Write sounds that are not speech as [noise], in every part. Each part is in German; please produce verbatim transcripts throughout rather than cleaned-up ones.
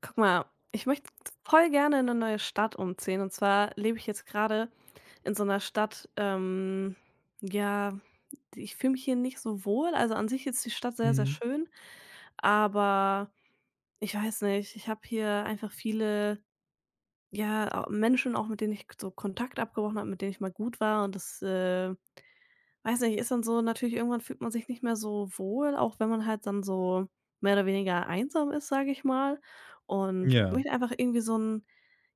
Guck mal, ich möchte voll gerne in eine neue Stadt umziehen. Und zwar lebe ich jetzt gerade in so einer Stadt, ähm, ja, die ich fühle mich hier nicht so wohl. Also, an sich ist die Stadt sehr, sehr Mhm. schön, aber ich weiß nicht, ich habe hier einfach viele, ja, au Menschen, auch mit denen ich so Kontakt abgebrochen habe, mit denen ich mal gut war und das, äh weiß nicht, ist dann so natürlich irgendwann fühlt man sich nicht mehr so wohl, auch wenn man halt dann so mehr oder weniger einsam ist, sage ich mal, und Ja, möchte einfach irgendwie so ein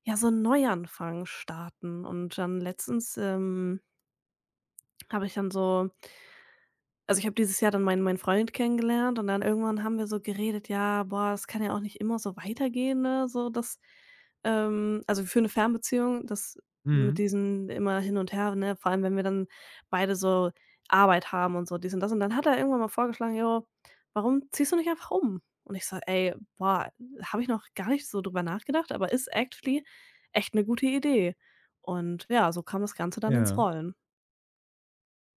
ja, so 'n Neuanfang starten. Und dann letztens, ähm, habe ich dann so also, ich habe dieses Jahr dann meinen meinen Freund kennengelernt und dann irgendwann haben wir so geredet: „Ja, boah, das kann ja auch nicht immer so weitergehen, ne, so dass“ ähm, also, für eine Fernbeziehung, das mit mhm, diesen immer hin und her, ne, vor allem, wenn wir dann beide so Arbeit haben und so dies und das. Und dann hat er irgendwann mal vorgeschlagen: „Jo, warum ziehst du nicht einfach um?“ Und ich so: „Ey, boah, habe ich noch gar nicht so drüber nachgedacht, aber ist actually echt eine gute Idee.“ Und ja, so kam das Ganze dann ins ja. Rollen.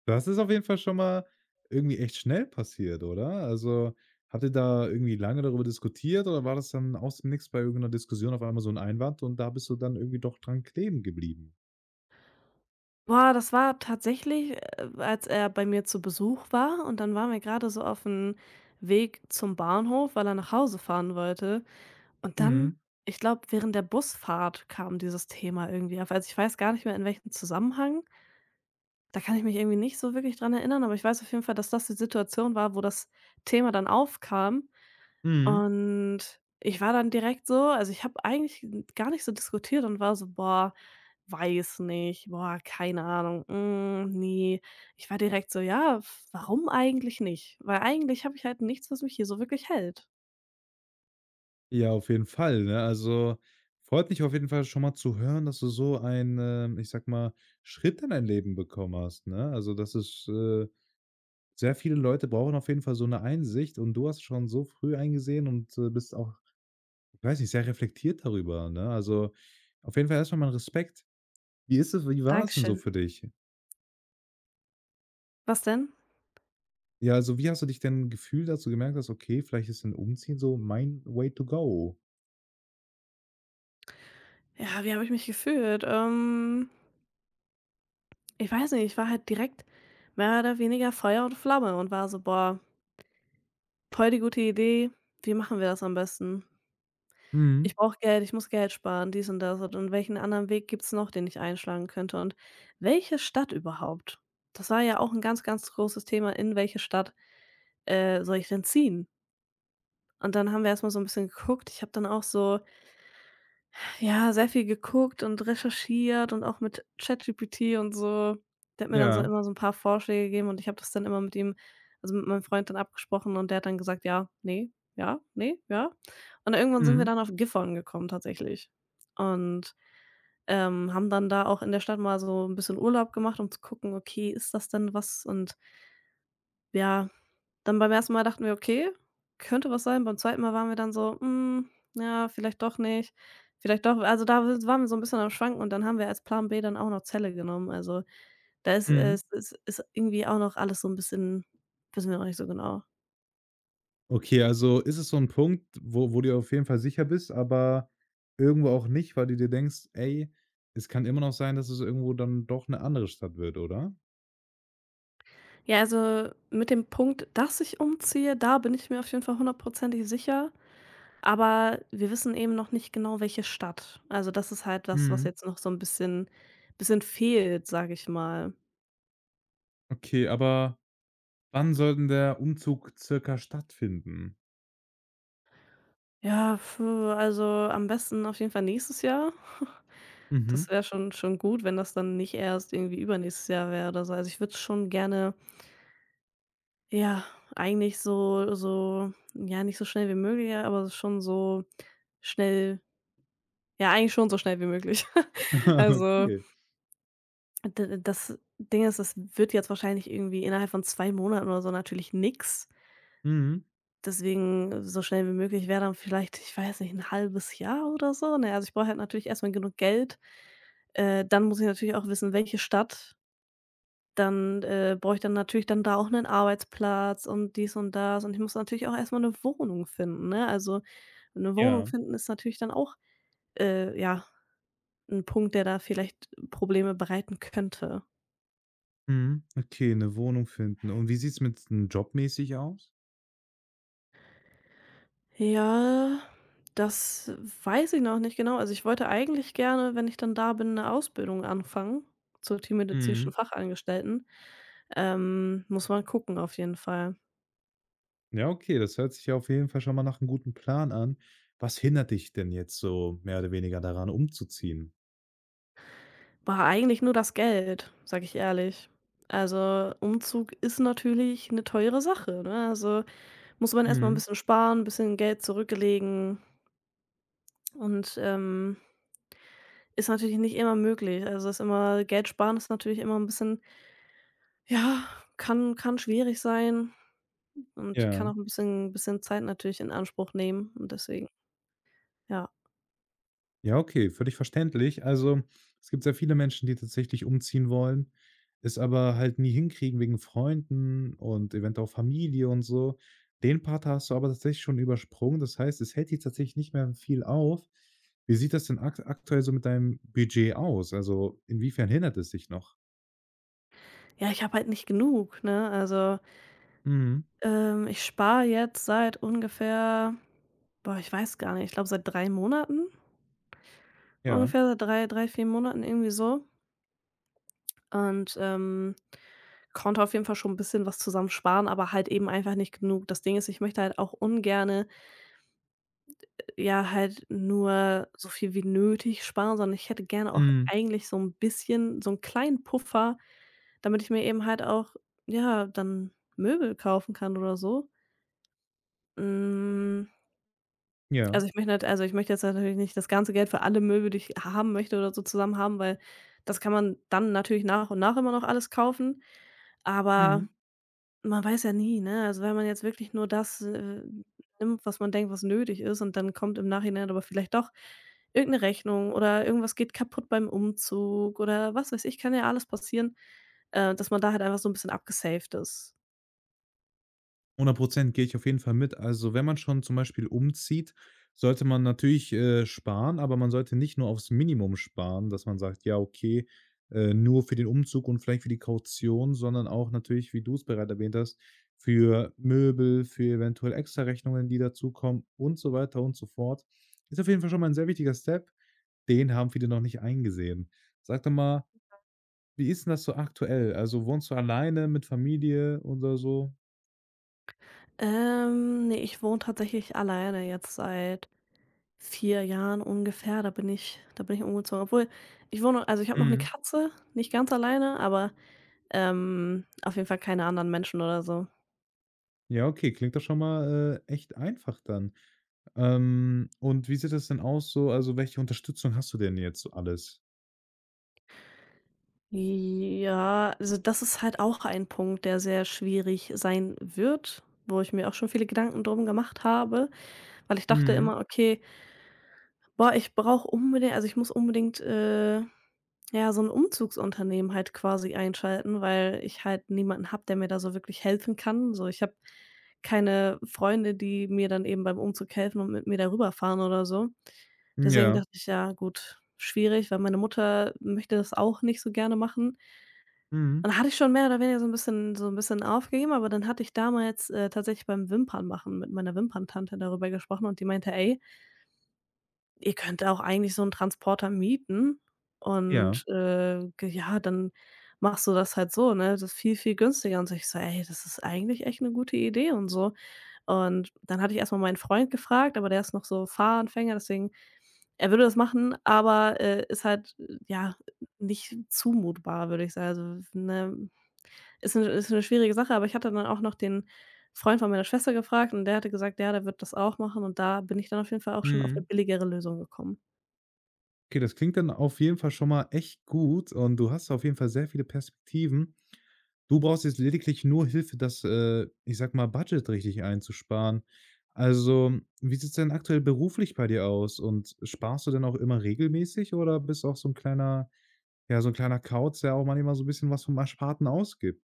Das ist auf jeden Fall schon mal irgendwie echt schnell passiert, oder? Also, habt ihr da irgendwie lange darüber diskutiert oder war das dann aus dem Nix bei irgendeiner Diskussion auf einmal so 'n Einwand und da bist du dann irgendwie doch dran kleben geblieben? Boah, das war tatsächlich, äh, als er bei mir zu Besuch war und dann waren wir gerade so auf dem Weg zum Bahnhof, weil er nach Hause fahren wollte. Und dann, Mhm, ich glaube, während der Busfahrt kam dieses Thema irgendwie auf. Also, ich weiß gar nicht mehr, in welchem Zusammenhang. Da kann ich mich irgendwie nicht so wirklich dran erinnern, aber ich weiß auf jeden Fall, dass das die Situation war, wo das Thema dann aufkam. mhm. Und ich war dann direkt so also, ich habe eigentlich gar nicht so diskutiert und war so: „Boah, weiß nicht. Boah, keine Ahnung. Hm, ne.“ Ich war direkt so: „Ja, f warum eigentlich nicht?“ Weil eigentlich habe ich halt nichts, was mich hier so wirklich hält. Ja, auf jeden Fall, ne? Also, freut mich auf jeden Fall schon mal zu hören, dass du so einen, ähm, ich sage mal, Schritt in dein Leben bekommen hast, ne? Also, das ist, äh sehr viele Leute brauchen auf jeden Fall so 'ne Einsicht und du hast schon so früh eingesehen und, äh, bist auch, ich Weiß nicht, sehr reflektiert darüber, ne? Also, auf jeden Fall erstmal mein Respekt. Wie ist es wie war das denn so Dankeschön. für dich? Was denn? Ja, also, wie hast du dich denn gefühlt, als du gemerkt hast: „Okay, vielleicht ist ein Umziehen so mein way to go?“ Ja, wie habe ich mich gefühlt? Ähm, ich weiß nicht, ich war halt direkt mehr oder weniger Feuer und Flamme und war so: „Boah, voll die gute Idee. Wie machen wir das am besten?“ Mhm. Ich brauche Geld, ich muss Geld sparen, dies und das und und welchen anderen Weg gibt's noch, den ich einschlagen könnte und welche Stadt überhaupt? Das war ja auch 'n ganz, ganz großes Thema, in welche Stadt, äh, soll ich denn ziehen? Und dann haben wir erst mal so 'n bisschen geguckt. Ich habe dann auch so, ja, sehr viel geguckt und recherchiert und auch mit ChatGPT und so. Der hat mir dann so Ja. immer so 'n paar Vorschläge gegeben und ich habe das dann immer mit ihm also mit meinem Freund dann abgesprochen und der hat dann gesagt: „Ja, ne, ja, ne, ja.“ Und irgendwann sind wir Mhm. dann auf Gifhorn gekommen tatsächlich. Und Ähm, haben dann da auch in der Stadt mal so ein bisschen Urlaub gemacht, um zu gucken: „Okay, ist das denn was?“ Und ja, dann beim ersten Mal dachten wir: „Okay, könnte was sein.“ Beim zweiten Mal waren wir dann so: „Hm, ja, vielleicht doch nicht, vielleicht doch.“ Also, da w waren wir so ein bisschen am Schwanken und dann haben wir als Plan B dann auch noch Zelle genommen. Also, da ist Mhm. es ist ist irgendwie auch noch alles so ein bisschen wissen wir noch nicht so genau. Okay, also, ist es so ein Punkt, wo wo du auf jeden Fall sicher bist, aber irgendwo auch nicht, weil du dir denkst: „Ey, es kann immer noch sein, dass es irgendwo dann doch eine andere Stadt wird“, oder? Ja, also, mit dem Punkt, dass ich umziehe, da bin ich mir auf jeden Fall hundertprozentig sicher. Aber wir wissen eben noch nicht genau, welche Stadt. Also, das ist halt was, was Mhm. jetzt noch so ein bisschen bisschen fehlt, sage ich mal. Okay, aber wann soll denn der Umzug circa stattfinden? Ja, puh, also, am besten auf jeden Fall nächstes Jahr. Das Mhm. wäre schon schon gut, wenn das dann nicht erst irgendwie übernächstes Jahr wäre oder so. Also, ich würde schon gerne, ja, eigentlich so so ja, nicht so schnell wie möglich, aber schon so schnell ja, eigentlich schon so schnell wie möglich. [laughs] [laughs] Ah, Also Okay. D das Ding ist, das wird jetzt wahrscheinlich irgendwie innerhalb von zwei Monaten oder so natürlich nix. Mhm. Deswegen so schnell wie möglich wäre dann vielleicht, ich weiß nicht, ein halbes Jahr oder so, ne? Also, ich brauche halt natürlich erstmal genug Geld. Äh, dann muss ich natürlich auch wissen, welche Stadt. Dann, äh, brauche ich dann natürlich dann da auch einen Arbeitsplatz und dies und das und ich muss natürlich auch erstmal eine Wohnung finden, ne? Also, eine Wohnung Ja. finden ist natürlich dann auch, äh, ja, ein Punkt, der da vielleicht Probleme bereiten könnte. Mhm. Okay, 'ne Wohnung finden. Und wie sieht's mit n jobmäßig aus? Ja, das weiß ich noch nicht genau. Also, ich wollte eigentlich gerne, wenn ich dann da bin, eine Ausbildung anfangen zur tiermedizinischen Mhm. Fachangestellten. Ähm, muss man gucken auf jeden Fall. Ja, okay, das hört sich ja auf jeden Fall schon mal nach 'nem guten Plan an. Was hindert dich denn jetzt so mehr oder weniger daran, umzuziehen? War eigentlich nur das Geld, sag ich ehrlich. Also, Umzug ist natürlich eine teure Sache, ne? Also, muss man erst mal 'n Mhm. bisschen sparen, ein bisschen Geld zurücklegen und, ähm, ist natürlich nicht immer möglich. Also, ist immer Geld sparen ist natürlich immer ein bisschen ja, kann kann schwierig sein. Und Ja. kann auch ein bisschen bisschen Zeit natürlich in Anspruch nehmen und deswegen ja. Ja, okay, völlig verständlich. Also, es gibt sehr viele Menschen, die tatsächlich umziehen wollen, es aber halt nie hinkriegen wegen Freunden und eventuell auch Familie und so. Den Part hast du aber tatsächlich schon übersprungen. Das heißt, es hält dich tatsächlich nicht mehr viel auf. Wie sieht das denn akt aktuell so mit deinem Budget aus? Also, inwiefern hindert es dich noch? Ja, ich habe halt nicht genug, ne? Also, Mhm. ähm, ich spare jetzt seit ungefähr boah, ich weiß gar nicht, ich glaube seit drei Monaten Ja. ungefähr, seit drei drei vier Monaten irgendwie so und, ähm, konnte auf jeden Fall schon ein bisschen was zusammen sparen aber halt eben einfach nicht genug. Das Ding ist, ich möchte halt auch ungern ja halt nur so viel wie nötig sparen, sondern ich hätte gerne auch Mhm. eigentlich so ein bisschen so einen kleinen Puffer, damit ich mir eben halt auch, ja, dann Möbel kaufen kann oder so. Hm, Ja. also, ich möchte halt also, ich möchte jetzt natürlich nicht das ganze Geld für alle Möbel, die ich haben möchte oder so zusammen haben, weil das kann man dann natürlich nach und nach immer noch alles kaufen. Aber Mhm. man weiß ja nie, ne? Also, wenn man jetzt wirklich nur das, äh, nimmt, was man denkt, was nötig ist und dann kommt im Nachhinein aber vielleicht doch irgendeine Rechnung oder irgendwas geht kaputt beim Umzug oder was weiß ich, kann ja alles passieren, äh, dass man da halt einfach so ein bisschen abgesaved ist. hundert Prozent gehe ich auf jeden Fall mit. Also, wenn man schon zum Beispiel umzieht, sollte man natürlich, äh, sparen, aber man sollte nicht nur aufs Minimum sparen, dass man sagt: „Ja, okay, äh, nur für den Umzug und vielleicht für die Kaution“, sondern auch natürlich, wie du es bereits erwähnt hast, für Möbel, für eventuell Extra-Rechnungen, die dazukommen und so weiter und so fort. Ist auf jeden Fall schon mal ein sehr wichtiger Step, den haben viele noch nicht eingesehen. Sag doch mal, wie ist 'n das so aktuell? Also, wohnst du alleine mit Familie oder so? Ähm, ne, ich wohne tatsächlich alleine jetzt seit vier Jahren ungefähr. Da bin ich da bin ich umgezogen. Obwohl, ich wohne also, ich habe noch eine Mhm. Katze, nicht ganz alleine, aber, ähm, auf jeden Fall keine anderen Menschen oder so. Ja, okay, klingt doch schon mal, äh, echt einfach dann. Ähm, und wie sieht das denn aus so, also, welche Unterstützung hast du denn jetzt so alles? Ja, also das ist halt auch ein Punkt, der sehr schwierig sein wird, wo ich mir auch schon viele Gedanken drum gemacht habe, weil ich dachte Mhm. immer: „Okay, boah, ich brauche unbedingt also ich muss unbedingt, äh, ja, so ein Umzugsunternehmen halt quasi einschalten, weil ich halt niemanden habe, der mir da so wirklich helfen kann.“ So, ich habe keine Freunde, die mir dann eben beim Umzug helfen und mit mir darüber fahren oder so. Deswegen Ja. dachte ich: „Ja gut, schwierig“, weil meine Mutter möchte das auch nicht so gerne machen. Mhm. Dann hatte ich schon mehr oder weniger so 'n bisschen so 'n bisschen aufgegeben, aber dann hatte ich damals, äh, tatsächlich beim Wimpernmachen mit meiner Wimperntante darüber gesprochen und die meinte: „Ey, ihr könnt auch eigentlich so 'n Transporter mieten Ja. und, äh, g ja, dann machst du das halt so, ne? Das ist viel, viel günstiger.“ Und so ich so: „Ey, das ist eigentlich echt 'ne gute Idee und so.“ Und dann hatte ich erst mal meinen Freund gefragt, aber der ist noch so Fahranfänger, deswegen er würde das machen, aber, äh, ist halt, äh, ja, nicht zumutbar, würde ich sagen. Also, ne ist 'ne ist 'ne schwierige Sache, aber ich hatte dann auch noch den Freund von meiner Schwester gefragt und der hatte gesagt, ja, der wird das auch machen und da bin ich dann auf jeden Fall auch schon auf 'ne Mhm. billigere Lösung gekommen. Okay, das klingt dann auf jeden Fall schon mal echt gut und du hast auf jeden Fall sehr viele Perspektiven. Du brauchst jetzt lediglich nur Hilfe, das, äh, ich sag mal, Budget richtig einzusparen. Also, wie sieht's denn aktuell beruflich bei dir aus und sparst du denn auch immer regelmäßig oder bist auch so ein kleiner ja, so ein kleiner Kauz, der auch manchmal so ein bisschen was vom Ersparten ausgibt?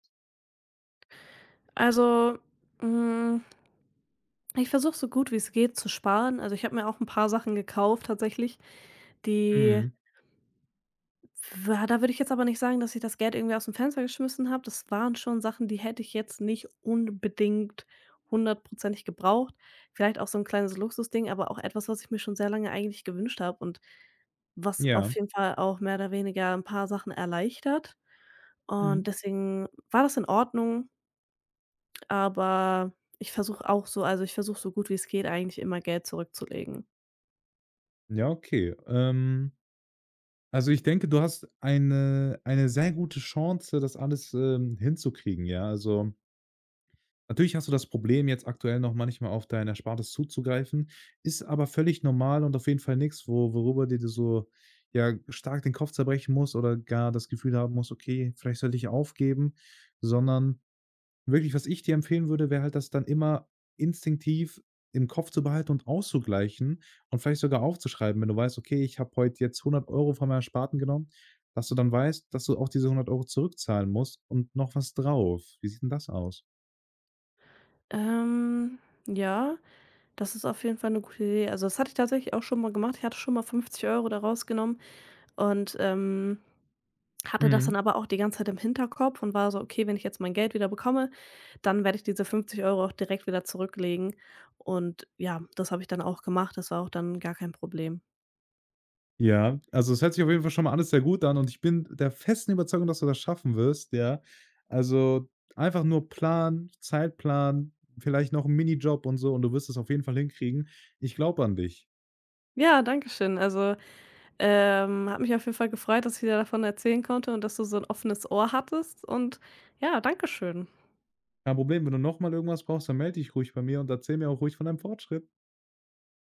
Also, hm, ich versuche so gut wie's geht zu sparen. Also, ich habe mir auch 'n paar Sachen gekauft tatsächlich, die Mhm. Wa da würde ich jetzt aber nicht sagen, dass ich das Geld irgendwie aus dem Fenster geschmissen habe. Das waren schon Sachen, die hätte ich jetzt nicht unbedingt hundertprozentig gebraucht. Vielleicht auch so ein kleines Luxusding, aber auch etwas, was ich mir schon sehr lange eigentlich gewünscht habe und was Ja. auf jeden Fall auch mehr oder weniger ein paar Sachen erleichtert. Und Mhm. deswegen war das in Ordnung, aber ich versuche auch so also, ich versuche so gut wie es geht eigentlich immer Geld zurückzulegen. Ja, okay. Ähm, also, ich denke, du hast eine eine sehr gute Chance, das alles, ähm, hinzukriegen, ja? Also, Natürlich hast du das Problem, jetzt aktuell noch manchmal auf dein Erspartes zuzugreifen, ist aber völlig normal und auf jeden Fall nichts, wo worüber dir du so, ja, stark den Kopf zerbrechen musst oder gar das Gefühl haben musst: „Okay, vielleicht sollte ich aufgeben“, sondern wirklich, was ich dir empfehlen würde, wäre halt, das dann immer instinktiv im Kopf zu behalten und auszugleichen und vielleicht sogar aufzuschreiben. Wenn du weißt: „Okay, ich habe heute jetzt hundert Euro von meinem Ersparten genommen“, dass du dann weißt, dass du auch diese hundert Euro zurückzahlen musst und noch was drauf. Wie sieht denn das aus? Ähm, ja. Das ist auf jeden Fall 'ne gute Idee. Also, das hatte ich tatsächlich auch schon mal gemacht. Ich hatte schon mal fünfzig Euro da rausgenommen und, ähm, hatte das Mhm. dann aber auch die ganze Zeit im Hinterkopf und war so: „Okay, wenn ich jetzt mein Geld wieder bekomme, dann werde ich diese fünfzig Euro auch direkt wieder zurücklegen.“ Und ja, das habe ich dann auch gemacht. Das war auch dann gar kein Problem. Ja, also es hört sich auf jeden Fall schon mal alles sehr gut an und ich bin der festen Überzeugung, dass du das schaffen wirst, ja. Also, einfach nur Plan, Zeitplan, vielleicht noch 'n Minijob und so und du wirst es auf jeden Fall hinkriegen. Ich glaube an dich. Ja, danke schön. Also, ähm, hat mich auf jeden Fall gefreut, dass ich dir davon erzählen konnte und dass du so 'n offenes Ohr hattest und ja, danke schön. Kein Problem, wenn du noch mal irgendwas brauchst, dann melde dich ruhig bei mir und erzähl mir auch ruhig von deinem Fortschritt.